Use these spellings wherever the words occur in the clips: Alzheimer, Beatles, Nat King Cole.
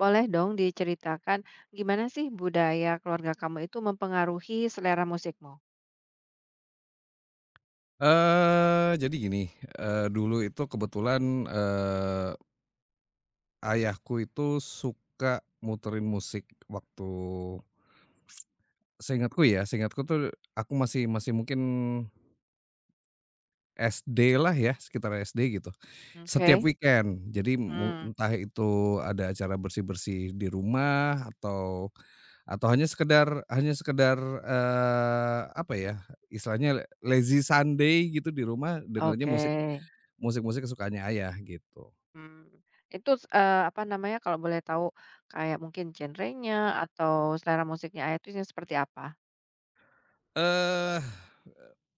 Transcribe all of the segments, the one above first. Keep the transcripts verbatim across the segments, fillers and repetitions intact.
Boleh dong diceritakan gimana sih budaya keluarga kamu itu mempengaruhi selera musikmu? Eee, jadi gini, eee, dulu itu kebetulan, eee, ayahku itu suka muterin musik waktu seingatku ya, seingatku tuh aku masih masih mungkin S D lah ya, sekitar S D gitu. Setiap Oke. weekend, jadi mu Hmm. entah itu ada acara bersih-bersih di rumah atau atau hanya sekedar hanya sekedar, eee, apa ya, istilahnya lazy Sunday gitu di rumah dengerinnya Oke. musik. Musik-musik kesukaannya ayah gitu. Hmm. Itu eh, apa namanya, kalau boleh tahu, kayak mungkin genrenya atau selera musiknya Ayah itu yang seperti apa? Eh,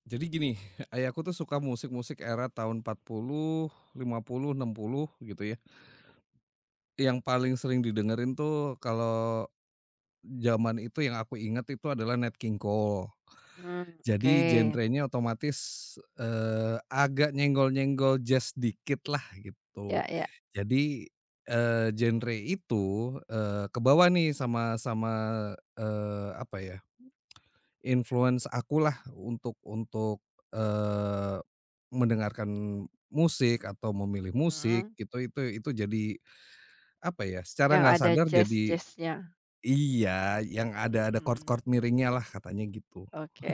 jadi gini, ayahku tuh suka musik-musik era tahun empat puluh, lima puluh, enam puluh gitu ya. Yang paling sering didengerin tuh kalau zaman itu yang aku ingat itu adalah Nat King Cole. Hmm, oke. Jadi genrenya otomatis, eee, agak nyenggol-nyenggol jazz dikit lah gitu. Ya, ya. Jadi, eee, genre itu, eee, kebawa nih sama sama, eee, apa ya, influence akulah untuk untuk, eee, mendengarkan musik atau memilih musik Hmm. gitu itu itu jadi apa ya, secara Yang nggak ada sadar jadi jazz-jazznya. iya, yang ada ada Hmm. chord-chord miringnya lah katanya gitu. Oke.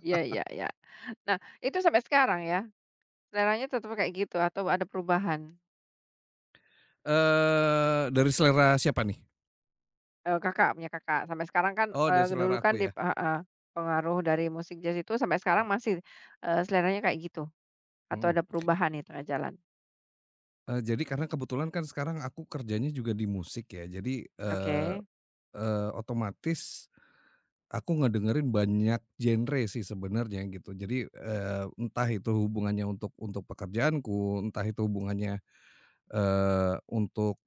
Ya, ya, ya. Nah, itu sampai sekarang ya. Seleranya tetap kayak gitu atau ada perubahan? Eee, dari selera siapa nih? Eee, Kakak, punya Kakak. Sampai sekarang kan, Oh, dari eee, dulu selera kan aku ya? dip heeh, pengaruh dari musik jazz itu sampai sekarang masih, eee, seleranya kayak gitu? Atau Mhm. ada perubahan nih tengah jalan? Eee, jadi karena kebetulan kan sekarang aku kerjanya juga di musik ya jadi, eee Oke, eee, otomatis. Aku ngedengerin banyak genre sih sebenarnya gitu. Jadi, eee, entah itu hubungannya untuk untuk pekerjaanku, entah itu hubungannya, eee, untuk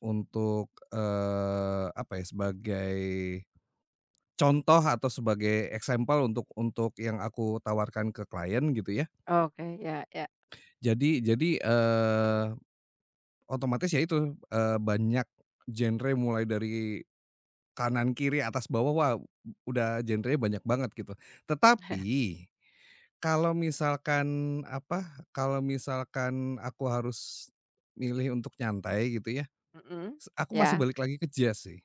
untuk, eee, apa ya, sebagai contoh atau sebagai example untuk untuk yang aku tawarkan ke klien gitu ya. oke, ya, ya. Jadi jadi, eee, otomatis ya itu, eee, banyak genre mulai dari kanan, kiri, atas, bawah, wah udah genrenya banyak banget gitu. Tetapi, kalau misalkan apa, kalau misalkan aku harus milih untuk nyantai gitu ya, Mhm, s aku masih ya. balik lagi ke jazz sih,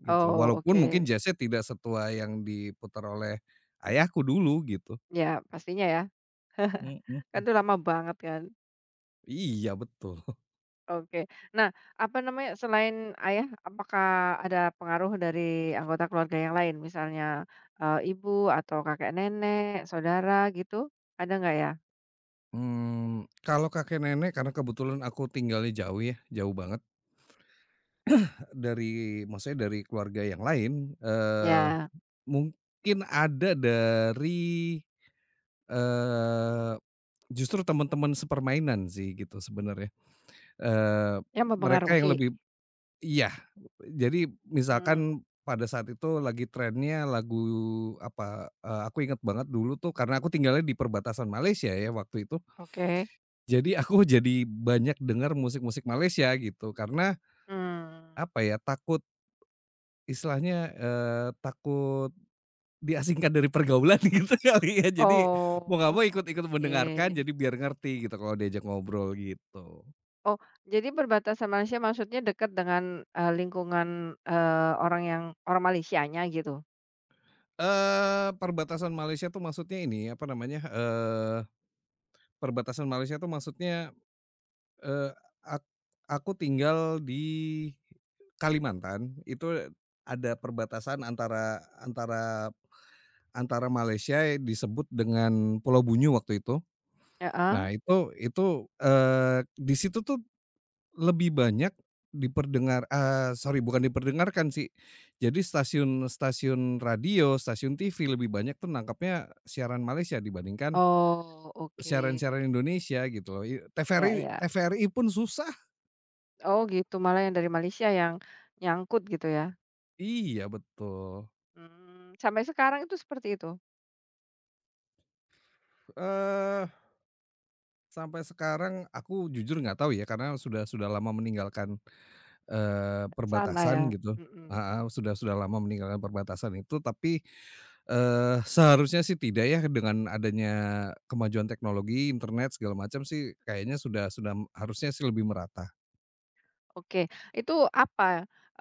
gitu loh. Oh, Walaupun mungkin oke. jazznya tidak setua yang diputar oleh ayahku dulu gitu. Ya, pastinya ya. Kan Mhm, itu lama banget kan. iya betul. Oke. Nah, apa namanya, selain ayah, apakah ada pengaruh dari anggota keluarga yang lain? Misalnya, eee, ibu atau kakek nenek, saudara gitu, ada nggak ya? Mmm, kalau kakek nenek karena kebetulan aku tinggalnya jauh ya, jauh banget dari maksudnya dari keluarga yang lain. eee Ya, Mungkin ada dari, eee, justru teman-teman sepermainan sih gitu sebenarnya, eee, yang mereka yang mempengaruhi. lebih iya, jadi Hmm, misalkan pada saat itu lagi trennya lagu apa, eee, aku inget banget dulu tuh karena aku tinggalnya di perbatasan Malaysia ya waktu itu, oke. jadi aku jadi banyak dengar musik-musik Malaysia gitu karena Hmm, apa ya, takut istilahnya, eee, takut Diasingkan dari pergaulan gitu kali ya, jadi mau nggak mau oh, ikut-ikut oke. mendengarkan, jadi biar ngerti gitu kalau diajak ngobrol gitu. Oh, jadi perbatasan Malaysia maksudnya dekat dengan, eee, lingkungan, eee, orang yang orang Malaysianya gitu? Eee, perbatasan Malaysia tuh maksudnya ini, apa namanya, eee, perbatasan Malaysia tuh maksudnya, eee, ak aku tinggal di Kalimantan, itu ada perbatasan antara antara antara Malaysia disebut dengan Pulau Bunyu waktu itu. Ya Nah ah. itu itu, eee, di situ tuh lebih banyak diperdengar, eee, sorry bukan diperdengarkan sih, jadi stasiun-stasiun radio, stasiun T V lebih banyak tuh nangkapnya siaran Malaysia dibandingkan Oh, oke. siaran-siaran Indonesia gitu loh, i TVRI Ya ya. TVRI pun susah. Oh gitu, malah yang dari Malaysia yang nyangkut gitu ya? Iya betul. Hmm, sampai sekarang itu seperti itu, Eee, sampai sekarang aku jujur nggak tahu ya karena sudah sudah lama meninggalkan, eee, sana perbatasan ya? gitu. Mhm. Heeh, sudah sudah lama meninggalkan perbatasan itu tapi, Eee, seharusnya sih tidak ya dengan adanya kemajuan teknologi, internet segala macam sih kayaknya sudah sudah harusnya sih lebih merata. Oke, itu apa,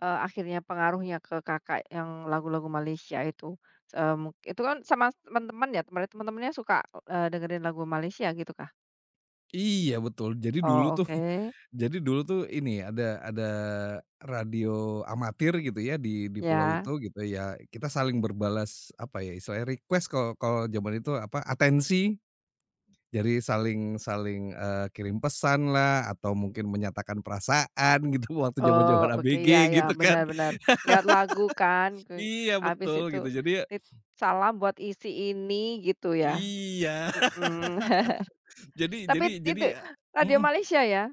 eee, akhirnya pengaruhnya ke Kakak yang lagu-lagu Malaysia itu? Mmm, itu kan sama teman-teman ya, teman teman-temannya suka, eee, dengerin lagu Malaysia gitu kah? Iya betul, jadi dulu Oh, tuh oke, jadi dulu tuh ini ada ada radio amatir gitu ya di di pulau itu ya. gitu ya, kita saling berbalas apa ya istilahnya request kalau kalau zaman itu apa, atensi. Jadi saling saling, eee, kirim pesanlah atau mungkin menyatakan perasaan gitu waktu Oh, zaman-zaman oke, ya A B G ya, gitu kan. benar benar. Lewat lagu kan, ke Iya habis betul itu gitu jadi. tit salam buat isi ini gitu ya? Iya, Mhm. jadi Tapi jadi jadi itu eee, radio mhm, Malaysia ya?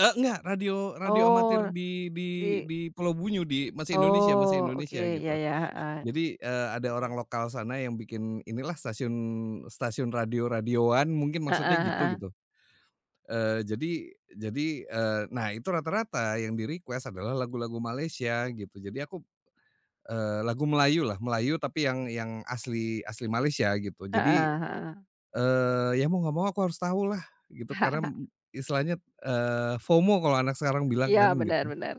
eee, enggak, radio radio amatir Oh, di di di di Pulau Bunyu di masih Indonesia masih oh, Indonesia oke, gitu. ya ya, heeh. Jadi, eee, ada orang Mhm. lokal sana yang bikin inilah stasiun stasiun radio-radioan mungkin Heeh maksudnya gitu heeh. gitu. Eee, jadi jadi, eee, nah itu rata-rata yang di-request adalah lagu-lagu Malaysia gitu. Jadi aku, eee, lagu Melayu lah Melayu tapi yang yang asli asli Malaysia gitu. Jadi, Heeh heeh. Eee, ya mau nggak mau aku harus tahu lah gitu karena istilahnya, eee, FOMO kalau anak sekarang bilang kan Iya benar gitu. bener,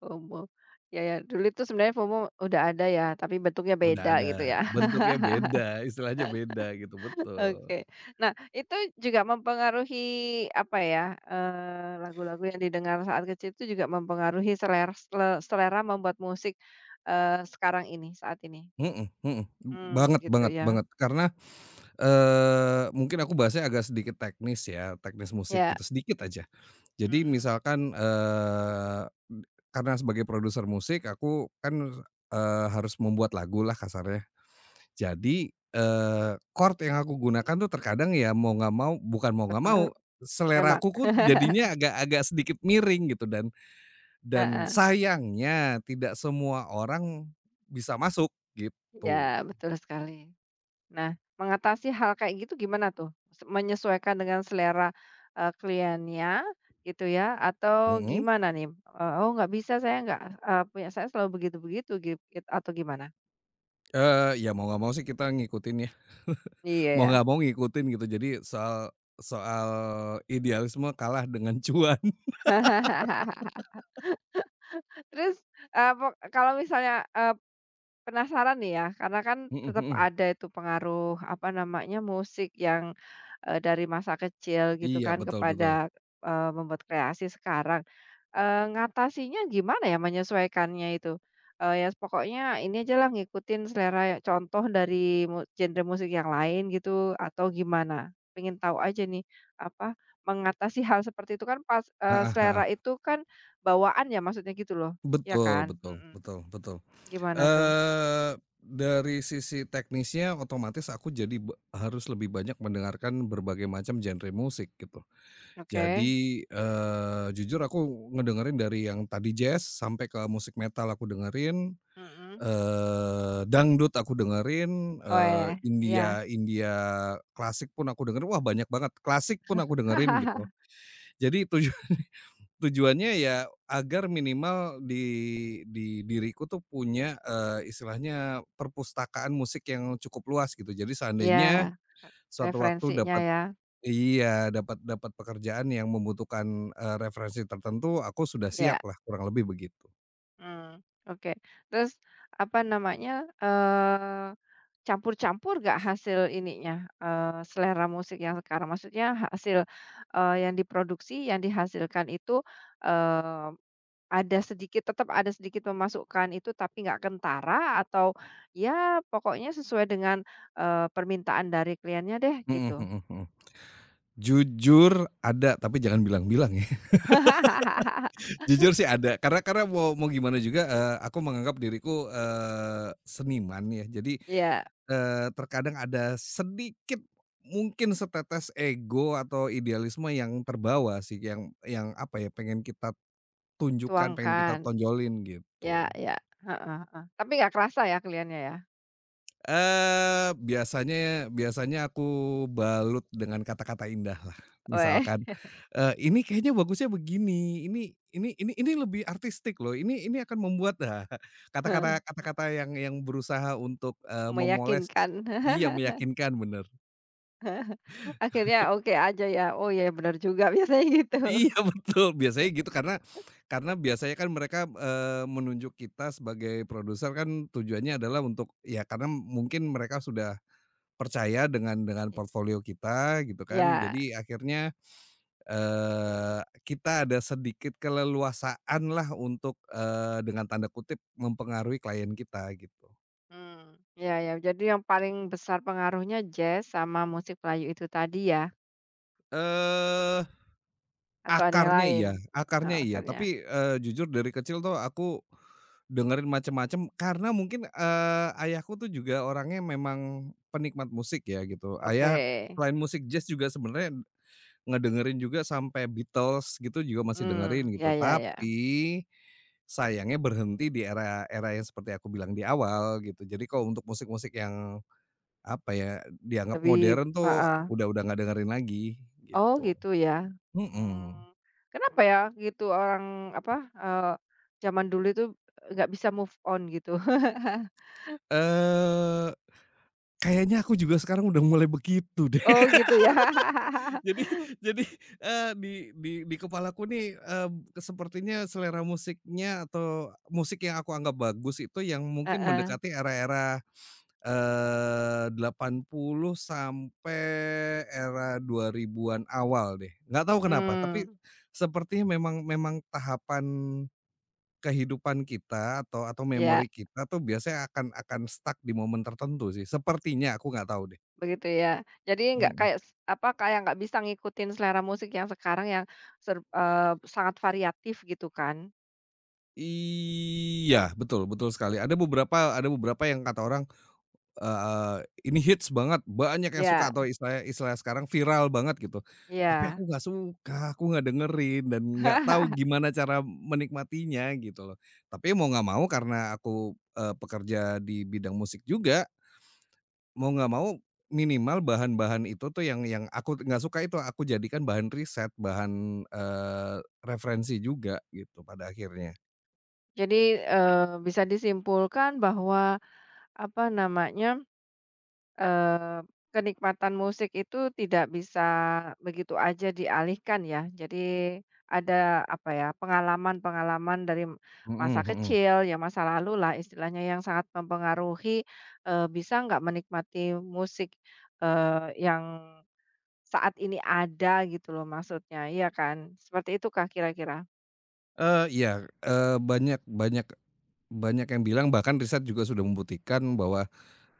FOMO. Ya ya, dulu itu sebenarnya FOMO udah ada ya, tapi bentuknya Udah beda ada, gitu ya. bentuknya beda, istilahnya beda gitu, Oke. betul. Nah, itu juga mempengaruhi apa ya, eee, lagu-lagu yang didengar saat kecil itu juga mempengaruhi selera sele selera membuat musik, eee, sekarang ini, saat ini? Mhm mhm, Mmm, banget gitu banget ya. banget karena, eee, mungkin aku bahasnya agak sedikit teknis ya, teknis musik Ya, gitu, sedikit aja. Jadi mhm, misalkan, eee, karena sebagai produser musik aku kan, eee, harus membuat lagu lah kasarnya. Jadi, eee, chord yang aku gunakan tuh terkadang ya mau nggak mau bukan mau nggak mau, berpengaruh, memang. seleraku ku jadinya agak-agak sedikit miring gitu dan dan Heeh. sayangnya tidak semua orang bisa masuk gitu. Iya, betul sekali. Nah, mengatasi hal kayak gitu gimana tuh? Se menyesuaikan dengan selera, eee, kliennya gitu ya atau Mhm, gimana nih? Eee, "Oh nggak bisa saya nggak, eee, punya saya selalu begitu-begitu," git atau gimana? eee, ya mau nggak mau sih kita ngikutin ya, Iya mau ya. nggak mau ngikutin gitu jadi soal soal idealisme kalah dengan cuan. Terus, eee, pok kalau misalnya, penasaran nih ya, karena kan Mhm tetap mhm. ada itu pengaruh, apa namanya, musik yang, eee, dari masa kecil gitu Iya kan betul betul. kepada, eee, membuat kreasi sekarang. Eee, ngatasinya gimana ya, menyesuaikannya itu? Eee, ya pokoknya ini aja lah ngikutin selera ya contoh dari mu genre musik yang lain gitu atau gimana? Pengen tahu aja nih, apa, mengatasi hal seperti itu kan pas eee, Heeh heeh. selera itu kan bawaan ya maksudnya gitu loh, ya Betul kan? betul Mhm. betul betul. Gimana tuh? Eee, dari sisi teknisnya otomatis aku jadi be harus lebih banyak mendengarkan berbagai macam genre musik gitu. Oke. Jadi, eee, jujur aku ngedengerin dari yang tadi jazz sampai ke musik metal aku dengerin, Mhm. eee, dangdut aku dengerin, Oh eee, ya, iya. India India klasik pun aku dengerin, wah banyak banget, klasik pun aku dengerin gitu. Jadi tuju tujuannya ya agar minimal di di diriku tuh punya, eee, istilahnya perpustakaan musik yang cukup luas gitu. Jadi seandainya Iya, suatu waktu referensinya dapat, ya. iya, dapat dapat pekerjaan yang membutuhkan, eee, referensi tertentu, aku sudah Ya, siap lah kurang lebih begitu. mmm, oke. Terus apa namanya, eee, campur-campur gak hasil ininya, eee, selera musik yang sekarang? Maksudnya hasil, eee, yang diproduksi, yang dihasilkan itu, eee, ada sedikit tetap ada sedikit memasukkan itu tapi nggak kentara atau ya pokoknya sesuai dengan, eee, permintaan dari kliennya deh Mhm gitu? mhm mhm. Jujur ada, tapi jangan bilang-bilang ya. Jujur sih ada, karena karena mau mau gimana juga, eee, aku menganggap diriku, eee, seniman ya. Jadi, Iya. Eee, terkadang ada sedikit mungkin setetes ego atau idealisme yang terbawa sih, yang yang apa ya, pengen kita tunjukkan, pengen Tuangkan, kita tonjolin ya gitu. ya, heeh heeh. Tapi nggak kerasa ya kelihatannya ya? Eee, biasanya biasanya aku balut dengan kata-kata indah lah. Weh, Misalkan, eee, "Ini kayaknya bagusnya begini, ini ini ini ini lebih artistik loh, ini ini akan membuat" nah, kata-kata heeh. kata-kata yang yang berusaha untuk, eee, memoles, Meyakinkan. iya, meyakinkan, bener. Akhirnya oke aja ya, oh ya benar juga biasanya gitu. Iya betul, biasanya gitu karena karena biasanya kan mereka, eee, menunjuk kita sebagai produser kan tujuannya adalah untuk ya karena mungkin mereka sudah percaya dengan dengan I portfolio kita gitu kan. ya, Jadi akhirnya, eee, kita ada sedikit keleluasaan lah untuk, eee, dengan tanda kutip "mempengaruhi" klien kita gitu. mmm, iya iya. Jadi yang paling besar pengaruhnya jazz sama musik Melayu itu tadi ya? Eee Atau ada yang Akarnya lain? iya Heeh, akarnya iya, akhirnya. tapi, eee, jujur dari kecil tuh aku dengerin macem-macem karena mungkin, eee, ayahku tuh juga orangnya memang penikmat musik ya gitu. Oke, Ayah selain musik jazz juga sebenarnya ngedengerin juga sampai Beatles gitu juga masih hmm, dengerin gitu, ya ya ya. tapi sayangnya berhenti di era-era yang seperti aku bilang di awal gitu. Jadi kalau untuk musik-musik yang apa ya, dianggap Lebih modern tuh heeh. udah udah nggak dengerin lagi Oh gitu, gitu ya? mhm. Mhm. Kenapa ya gitu orang apa, eee, zaman dulu itu nggak bisa move on gitu? Eee, kayaknya aku juga sekarang udah mulai begitu deh. Oh gitu ya? Jadi jadi, eee, di di di kepalaku nih, eee, sepertinya selera musiknya atau musik yang aku anggap bagus itu yang mungkin Heeh. mendekati era-era, eee, delapan puluh sampai era dua ribuan-an awal deh. Nggak tahu kenapa, tapi Mmm, sepertinya memang memang tahapan kehidupan kita atau atau iya memori kita tuh biasanya akan akan stuck di momen tertentu sih, sepertinya, aku nggak tahu deh. begitu ya. Jadi nggak Mhm. kayak s apa, kayak nggak bisa ngikutin selera musik yang sekarang yang ser eee, sangat variatif gitu kan? Iya, betul betul sekali. Ada beberapa ada beberapa yang kata orang, eee, ini hits banget, banyak yang suka Ya atau istilah istilah sekarang viral banget gitu. Tapi ya. aku nggak suka, aku nggak dengerin dan nggak tahu gimana cara menikmatinya gitu loh. Tapi mau nggak mau karena aku, eee, pekerja di bidang musik juga, mau nggak mau minimal bahan-bahan itu tuh yang yang aku nggak suka itu aku jadikan bahan riset, bahan, eee, referensi juga gitu pada akhirnya. Jadi, eee, bisa disimpulkan bahwa apa namanya Eee, kenikmatan musik itu tidak bisa begitu aja dialihkan ya. Jadi ada, apa ya, pengalaman-pengalaman dari m- Mhm masa mhm. kecil, ya masa lalu lah istilahnya yang sangat mempengaruhi, eee, bisa nggak menikmati musik, eee, yang saat ini ada gitu loh maksudnya, iya kan? Seperti itukah kira-kira? Eee, iya, eee, banyak banyak banyak yang bilang bahkan riset juga sudah membuktikan bahwa,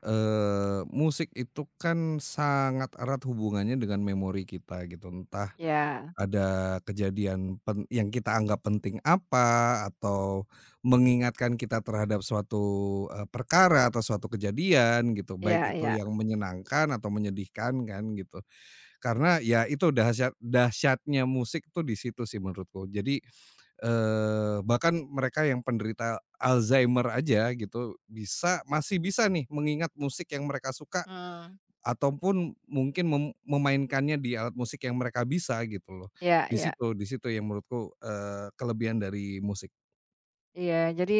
eee, musik itu kan sangat erat hubungannya dengan memori kita gitu. Entah Ya, ada kejadian pen yang kita anggap penting apa, atau mengingatkan kita terhadap suatu, eee, perkara atau suatu kejadian gitu, baik ya, itu ya, yang menyenangkan atau menyedihkan kan gitu. Karena ya itu dahsyat dahsyatnya musik tuh di situ sih menurutku. Jadi, Eee, bahkan mereka yang penderita Alzheimer aja gitu bisa masih bisa nih mengingat musik yang mereka suka mmm, ataupun mungkin mem memainkannya di alat musik yang mereka bisa gitu loh. ya. Di Iya. situ di situ yang menurutku, eee, kelebihan dari musik. Iya, jadi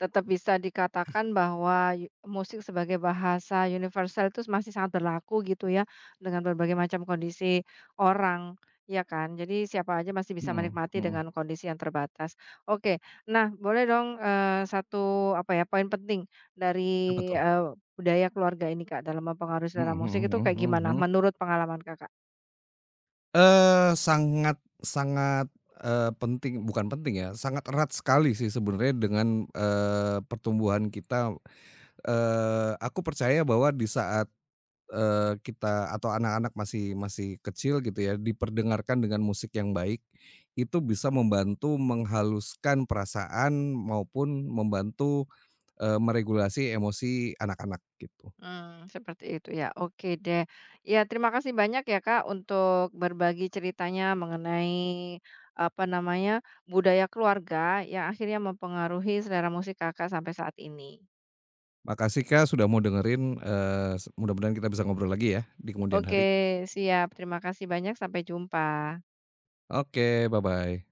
tetap bisa dikatakan bahwa yu musik sebagai bahasa universal itu masih sangat berlaku gitu ya, dengan berbagai macam kondisi orang, ya kan? Jadi siapa aja masih bisa Mhm menikmati mhm. dengan kondisi yang terbatas. Oke, nah boleh dong, eee, satu apa ya, poin penting dari, Apa tuh? eee, budaya keluarga ini Kak dalam mempengaruhi Mhm selera musik mhm itu mhm kayak mhm gimana mhm. menurut pengalaman Kakak? Eee, sangat sangat, eee, penting bukan penting ya, sangat erat sekali sih sebenarnya dengan, eee, pertumbuhan kita. Eee, aku percaya bahwa di saat eee, kita atau anak-anak masih masih kecil gitu ya, diperdengarkan dengan musik yang baik, itu bisa membantu menghaluskan perasaan maupun membantu, eee, meregulasi emosi anak-anak gitu. Mmm, seperti itu ya, oke deh. Ya terima kasih banyak ya Kak untuk berbagi ceritanya mengenai, apa namanya, budaya keluarga yang akhirnya mempengaruhi selera musik Kakak sampai saat ini. Makasih Kak, sudah mau dengerin, eee, mudah-mudahan kita bisa ngobrol lagi ya di kemudian Oke hari. siap, terima kasih banyak, sampai jumpa. Oke, bye-bye.